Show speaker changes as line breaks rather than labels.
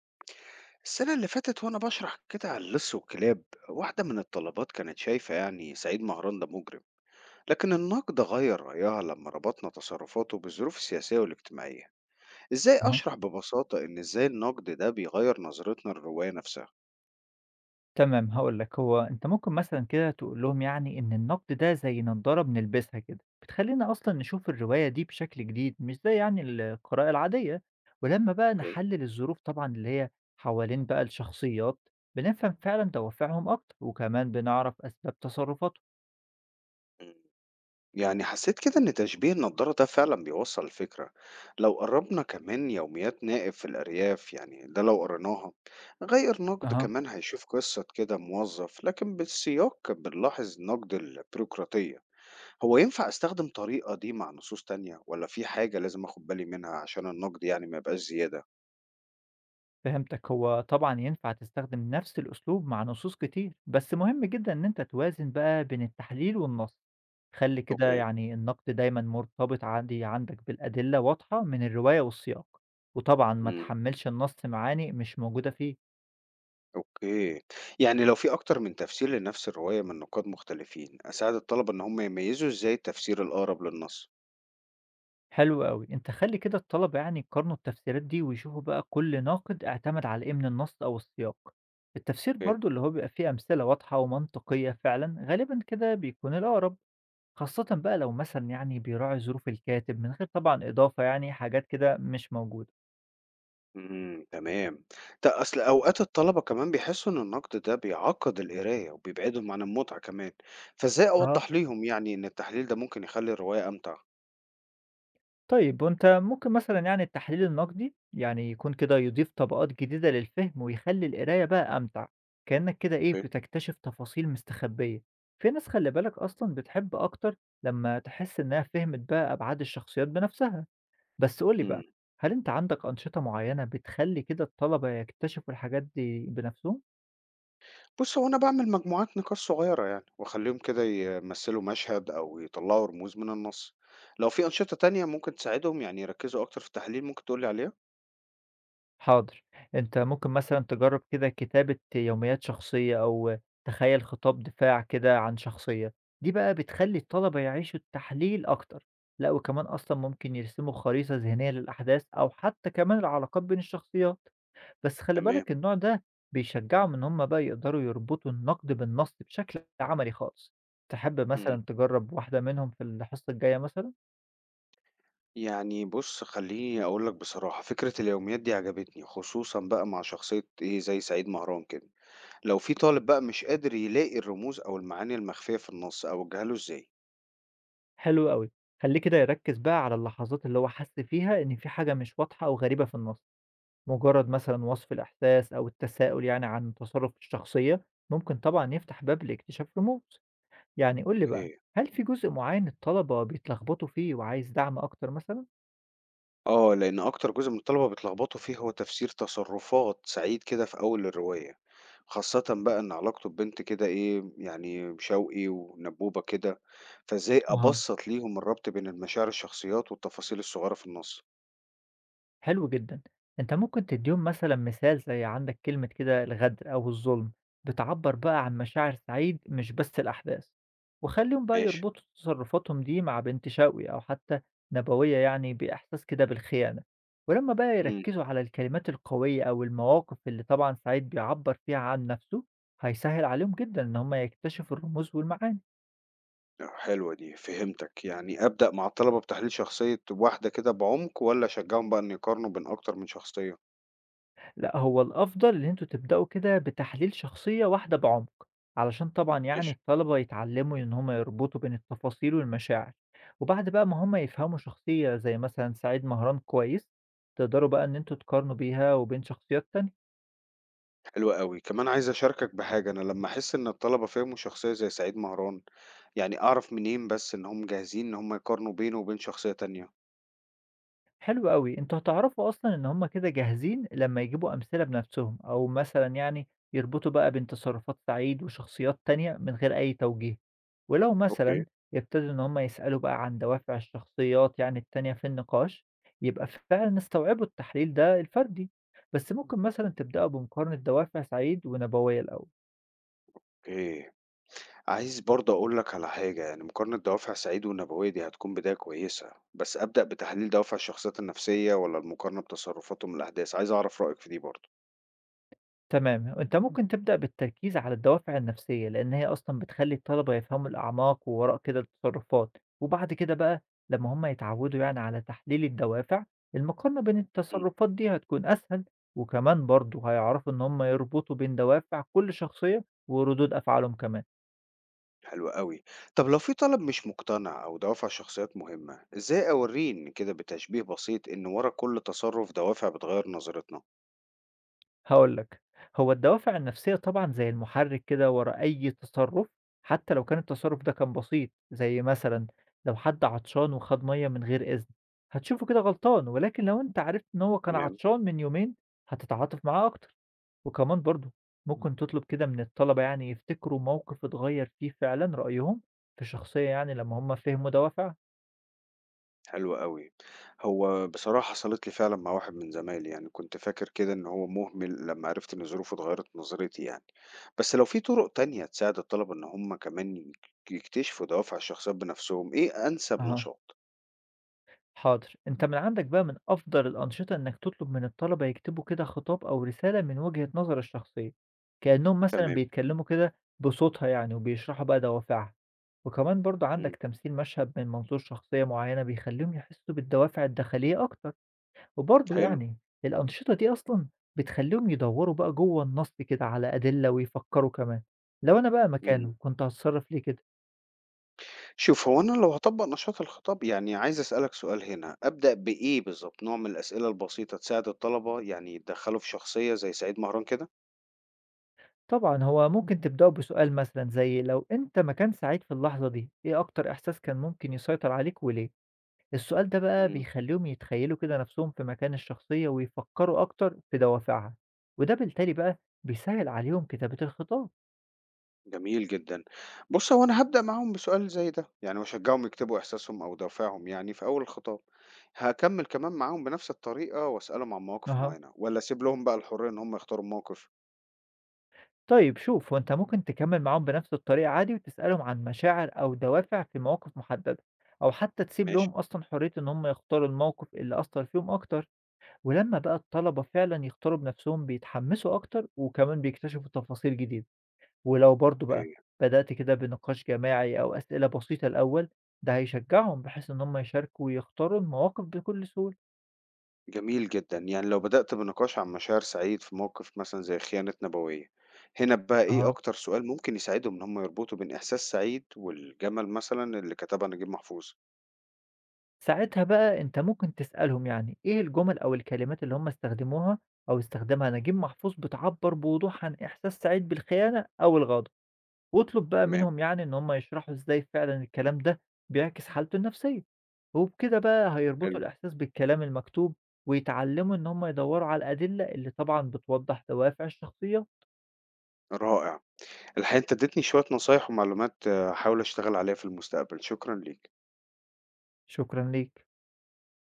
السنة اللي فاتت وأنا بشرح كده على اللص والكلاب، واحدة من الطلبات كانت شايفة يعني سعيد مهران ده مجرم، لكن النقد غير رأيها لما ربطنا تصرفاته بالظروف السياسية والاجتماعية. إزاي
أها،
أشرح ببساطة إزاي النقد ده بيغير نظرتنا للرواية نفسها؟
تمام هاقول لك هو أنت ممكن مثلًا كده تقول لهم إن النقد ده زي نضارة بنلبسها كده، بتخلّينا أصلًا نشوف الرواية دي بشكل جديد مش زي القراءة العادية، ولمّا بقى
اوكي.
نحلل الظروف طبعًا اللي هي حوالين بقى الشخصيات، بنفهم فعلًا دوافعهم أكتر، وكمان بنعرف أسباب تصرفاتهم.
يعني حسيت كده إن تشبيه النضارة ده فعلا بيوصل الفكرة. لو قربنا كمان يوميات نائب في الأرياف يعني ده لو قريناها غير نقد
أها.
كمان هيشوف قصة كده موظف، لكن بالسياق بنلاحظ نقد البيروقراطية. هو ينفع أستخدم طريقة دي مع نصوص تانية ولا في حاجة لازم أخد بالي منها عشان النقد يعني ما يبقاش زيادة؟
فهمتك هو طبعا ينفع تستخدم نفس الأسلوب مع نصوص كتير، بس مهم جدا إن أنت توازن بقى بين التحليل والنص. خلي كده
أوكي.
النقد دايما مرتبط عندك بالأدلة واضحة من الرواية والسياق، وطبعا ما
امم.
تحملش النص معاني مش موجودة فيه.
اوكي. يعني لو في اكتر من تفسير لنفس الرواية من نقاد مختلفين اساعد الطلبة ان هم يميزوا ازاي التفسير الاقرب للنص؟
حلو قوي انت، خلي كده الطلبة يقارنوا التفسيرات دي ويشوفوا بقى كل ناقد اعتمد على ايه من النص او السياق. التفسير برضو اللي هو بيبقى فيه أمثلة واضحة ومنطقية فعلا غالبا كده بيكون الأقرب، خاصةً بقى لو مثلًا بيراعي ظروف الكاتب من غير طبعًا إضافة حاجات كده مش موجودة.
إمم، تمام. أصل أوقات الطلبة كمان بيحسّوا إن النقد ده بيعقّد القراية وبيبعدهم عن المتعة كمان، فإزاي
آه.
أوضّح ليهم يعني إن التحليل ده ممكن يخلّي الرواية أمتع؟
طيب وأنت ممكن مثلًا التحليل النقدي يكون كده يضيف طبقات جديدة للفهم ويخلّي القراية بقى أمتع، كأنك كده إيه،
أوكي.
بتكتشف تفاصيل مستخبية. في ناس خلّي بالك أصلًا بتحب أكتر لمّا تحس إنها فهمت بقى أبعاد الشخصيات بنفسها. بس قُل لي بقى،
إمم.
هل أنت عندك أنشطة معيّنة بتخلّي كده الطلبة يكتشفوا الحاجات دي بنفسهم؟
بُص، هو أنا باعمل مجموعات نقاش صغيرة يعني وأخلّيهم كده يمثّلوا مشهد أو يطلّعوا رموز من النص. لو في أنشطة تانية ممكن تساعدهم يعني يركّزوا أكتر في التحليل ممكن تقول لي عليها؟
حاضر. أنت ممكن مثلًا تجرّب كده كتابة يوميات شخصية، أو تخيّل خطاب دفاع كده عن شخصية، دي بقى بتخلّي الطلبة يعيشوا التحليل أكتر. لأ وكمان أصلًا ممكن يرسموا خريطة ذهنية للأحداث أو حتى كمان العلاقات بين الشخصيات، بس خلّي
تمام.
بالك النوع ده بيشجّعهم إن هم بقى يقدروا يربطوا النقد بالنص بشكل عملي خالص. تحب
إمم.
مثلًا تجرّب واحدة منهم في الحصة الجاية مثلًا؟
يعني بُص، خلّيني أقول لك بصراحة، فكرة اليوميات دي عجبتني، خصوصًا بقى مع شخصية إيه، زي سعيد مهران كده. لو في طالب بقى مش قادر يلاقي الرموز أو المعاني المخفية في النص أوجّهها له إزاي؟
حلو أوي. خلّيه كده يركّز بقى على اللحظات اللي هو حَس فيها إن في حاجة مش واضحة أو غريبة في النص، مجرّد مثلًا وصف الإحساس أو التساؤل عن تصرُّف الشخصية، ممكن طبعًا يفتح باب لاكتشاف رموز. قُل لي بقى،
ايه.
هل في جزء معيّن الطلبة بيتلخبطوا فيه وعايز دعم أكتر مثلًا؟
آه، لأن أكتر جزء من الطلبة بيتلخبطوا فيه هو تفسير تصرفات سعيد كده في أول الرواية، خاصة بقى إن علاقته ببنت كده إيه يعني شوقي ونبوبة كده، فإزاي
أها.
أبسّط ليهم الربط بين المشاعر الشخصيات والتفاصيل الصغيرة في النص؟
حلو جدًا. أنت ممكن تدّيهم مثلًا مثال زي عندك كلمة كده الغدر أو الظلم، بتعبّر بقى عن مشاعر سعيد مش بس الأحداث، وخلّيهم بقى
ماشي.
يربطوا تصرفاتهم دي مع بنت شوقي أو حتى نبوية بإحساس كده بالخيانة، ولمّا بقى
امم
يركّزوا على الكلمات القوية أو المواقف اللي طبعًا سعيد بيعبّر فيها عن نَفْسه، هيسهّل عليهم جدًا إن هم يكتشفوا الرموز والمعاني.
حلوة دي فهمتك، يعني أبدأ مع الطلبة بتحليل شخصية واحدة كده بعمق ولا أشجعهم بقى إن يقارنوا بين أكتر من شخصية؟
لأ، هو الأفضل إن أنتم تبدأوا كده بتحليل شخصية واحدة بعمق، علشان طبعًا
ماشي.
الطلبة يتعلموا إن هم يربطوا بين التفاصيل والمشاعر، وبعد بقى ما هم يفهموا شخصية زي مثلًا سعيد مهران كويس، تقدروا بقى إن أنتم تقارنوا بيها وبين شخصيات تانية.
حلو أوي، كمان عايز أشاركك بحاجة، أنا لمّا أحس إن الطلبة فهموا شخصية زي سعيد مهران، يعني أعرف منين بس إن هم جاهزين إن هم يقارنوا بينه وبين شخصية تانية؟
حلو أوي، أنتم هتعرفوا أصلًا إن هُم كده جاهزين لمّا يجيبوا أمثلة بنفسهم، أو مثلًا يربطوا بقى بين تصرفات سعيد وشخصيات تانية من غير أي توجيه، ولو
اوكي.
مثلًا ابتدوا إن هُم يسألوا بقى عن دوافع الشخصيات التانية في النقاش، يبقى فعلًا استوعبوا التحليل ده الفردي، بس ممكن مثلًا تبدأوا بمقارنة دوافع سعيد ونبوية الأول.
أوكي، عايز برضه أقول لك على حاجة، يعني مقارنة دوافع سعيد والنبوية دي هتكون بداية كويسة، بس أبدأ بتحليل دوافع الشخصيات النفسية ولا المقارنة بتصرفاتهم الأحداث؟ عايز أعرف رأيك في دي برضه.
تمام، أنت ممكن تبدأ بالتركيز على الدوافع النفسية، لأن هي أصلًا بتخلّي الطلبة يفهموا الأعماق ووراء كده التصرفات، وبعد كده بقى لمّا هم يتعودوا على تحليل الدوافع، المقارنة بين
مم.
التصرفات دي هتكون أسهل، وكمان برضه هيعرفوا إن هم يربطوا بين دوافع كل شخصية وردود أفعالهم كمان.
حلو أوي، طب لو في طالب مش مقتنع أو دوافع شخصيات مهمة، إزاي أوريه إن كده بتشبيه بسيط إن ورا كل تصرف دوافع بتغير نظرتنا؟
هاقول لك، هو الدوافع النفسية طبعًا زي المُحرِّك كده ورا أي تصرُّف، حتى لو كان التصرُّف ده كان بسيط، زي مثلًا لو حد عطشان وخَد مَيّة من غير إذن، هتشوفه كده غلطان، ولكن لو أنت عرفت إن هو كان
تمام.
عطشان من يومين، هتتعاطف معاه أكتر، وكمان برضه ممكن تطلب كده من الطلبة يفتكروا موقِف اتغيّر فيه فعلًا رأيهم في شخصية لمّا هم فهموا دوافعها.
حلو أوي. هو بصراحة حصلت لي فعلًا مع واحد من زمايلي، يعني كنت فاكر كده إن هو مهمل لمّا عرفت إن ظروفه اتغيّرت نظرتي يعني. بس لو في طرق تانية تساعد الطلبة إن هم كمان يكتشفوا دوافع الشخصيات بنفسهم، إيه أنسب
أها.
نشاط؟
حاضر انت، من عندك بقى من افضل الانشطه انك تطلب من الطلبه يكتبوا كده خطاب او رساله من وجهه نظر الشخصيه، كانهم مثلا
تمام،
بيتكلموا كده بصوتها وبيشرحوا بقى دوافعها. وكمان برضو
إمم،
عندك تمثيل مشهد من منظور شخصيه معينه بيخليهم يحسوا بالدوافع الداخليه اكتر، وبرضو
حلو،
الانشطه دي اصلا بتخليهم يدوروا بقى جوه النص كده على ادله، ويفكروا كمان لو انا بقى
إمم.
مكانه كنت هتصرف ليه كده.
شوف، هو أنا لو هاطبّق نشاط الخطاب يعني عايز أسألك سؤال هنا، أبدأ بإيه بالضبط؟ نوع من الأسئلة البسيطة تساعد الطلبة يعني يتدخّلوا في شخصية زي سعيد مهران كده؟
طبعًا، هو ممكن تبدأوا بسؤال مثلًا زي لو أنت مكان سعيد في اللحظة دي، إيه أكتر إحساس كان ممكن يسيطر عليك وليه؟ السؤال ده بقى
إمم.
بيخلّيهم يتخيّلوا كده نفسهم في مكان الشخصية ويفكّروا أكتر في دوافعها، وده بالتالي بقى بيسهّل عليهم كتابة الخطاب.
جميل جدًا. بُص، هو أنا هابدأ معاهم بسؤال زي ده، يعني واشجّعهم يكتبوا إحساسهم أو دوافعهم يعني في أول الخطاب. هاكمّل كمان معاهم بنفس الطريقة واسألهم عن مواقف
أها.
معيّنة والّا أسيب لهم بقى الحرية إن هم يختاروا الموقف؟
طيب شوف، هو أنت ممكن تكمّل معاهم بنفس الطريقة عادي وتسألهم عن مشاعر أو دوافع في مواقف محددة، أو حتى تسيب
ماشي،
لهم أصلًا حرية إن هم يختاروا الموقف اللي أثّر فيهم أكتر. ولمّا بقى الطلبة فعلًا يختاروا بنفسهم بيتحمسوا أكتر، وكمان بيكتشفوا تفاصيل جديدة، ولو برضه بقى
أوكي.
بدأت كده بنقاش جماعي أو أسئلة بسيطة الأول، ده هيشجعهم بحيث إن هم يشاركوا ويختاروا المواقف بكل سهولة.
جميل جدًا. يعني لو بدأت بنقاش عن مشاعر سعيد في موقف مثلًا زي خيانة نبوية، هنا بقى إيه
أها.
أكتر سؤال ممكن يساعدهم إن هم يربطوا بين إحساس سعيد والجمل مثلًا اللي كتبها نجيب محفوظ؟
ساعتها بقى أنت ممكن تسألهم إيه الجمل أو الكلمات اللي هم استخدموها أو استخدمها نجيب محفوظ بتعبر بوضوح عن إحساس سعيد بالخيانة أو الغضب. واطلب بقى
تمام،
منهم إن هم يشرحوا إزاي فعلًا الكلام ده بيعكس حالته النفسية، وبكده بقى
حلو،
هيربطوا الإحساس بالكلام المكتوب، ويتعلموا إن هم يدوروا على الأدلة اللي طبعًا بتوضح دوافع الشخصية.
رائع. الحقيقة أنت اديتني شوية نصايح ومعلومات آه، هاحاول أشتغل عليها في المستقبل شكرا ليك.
شكرًا ليك.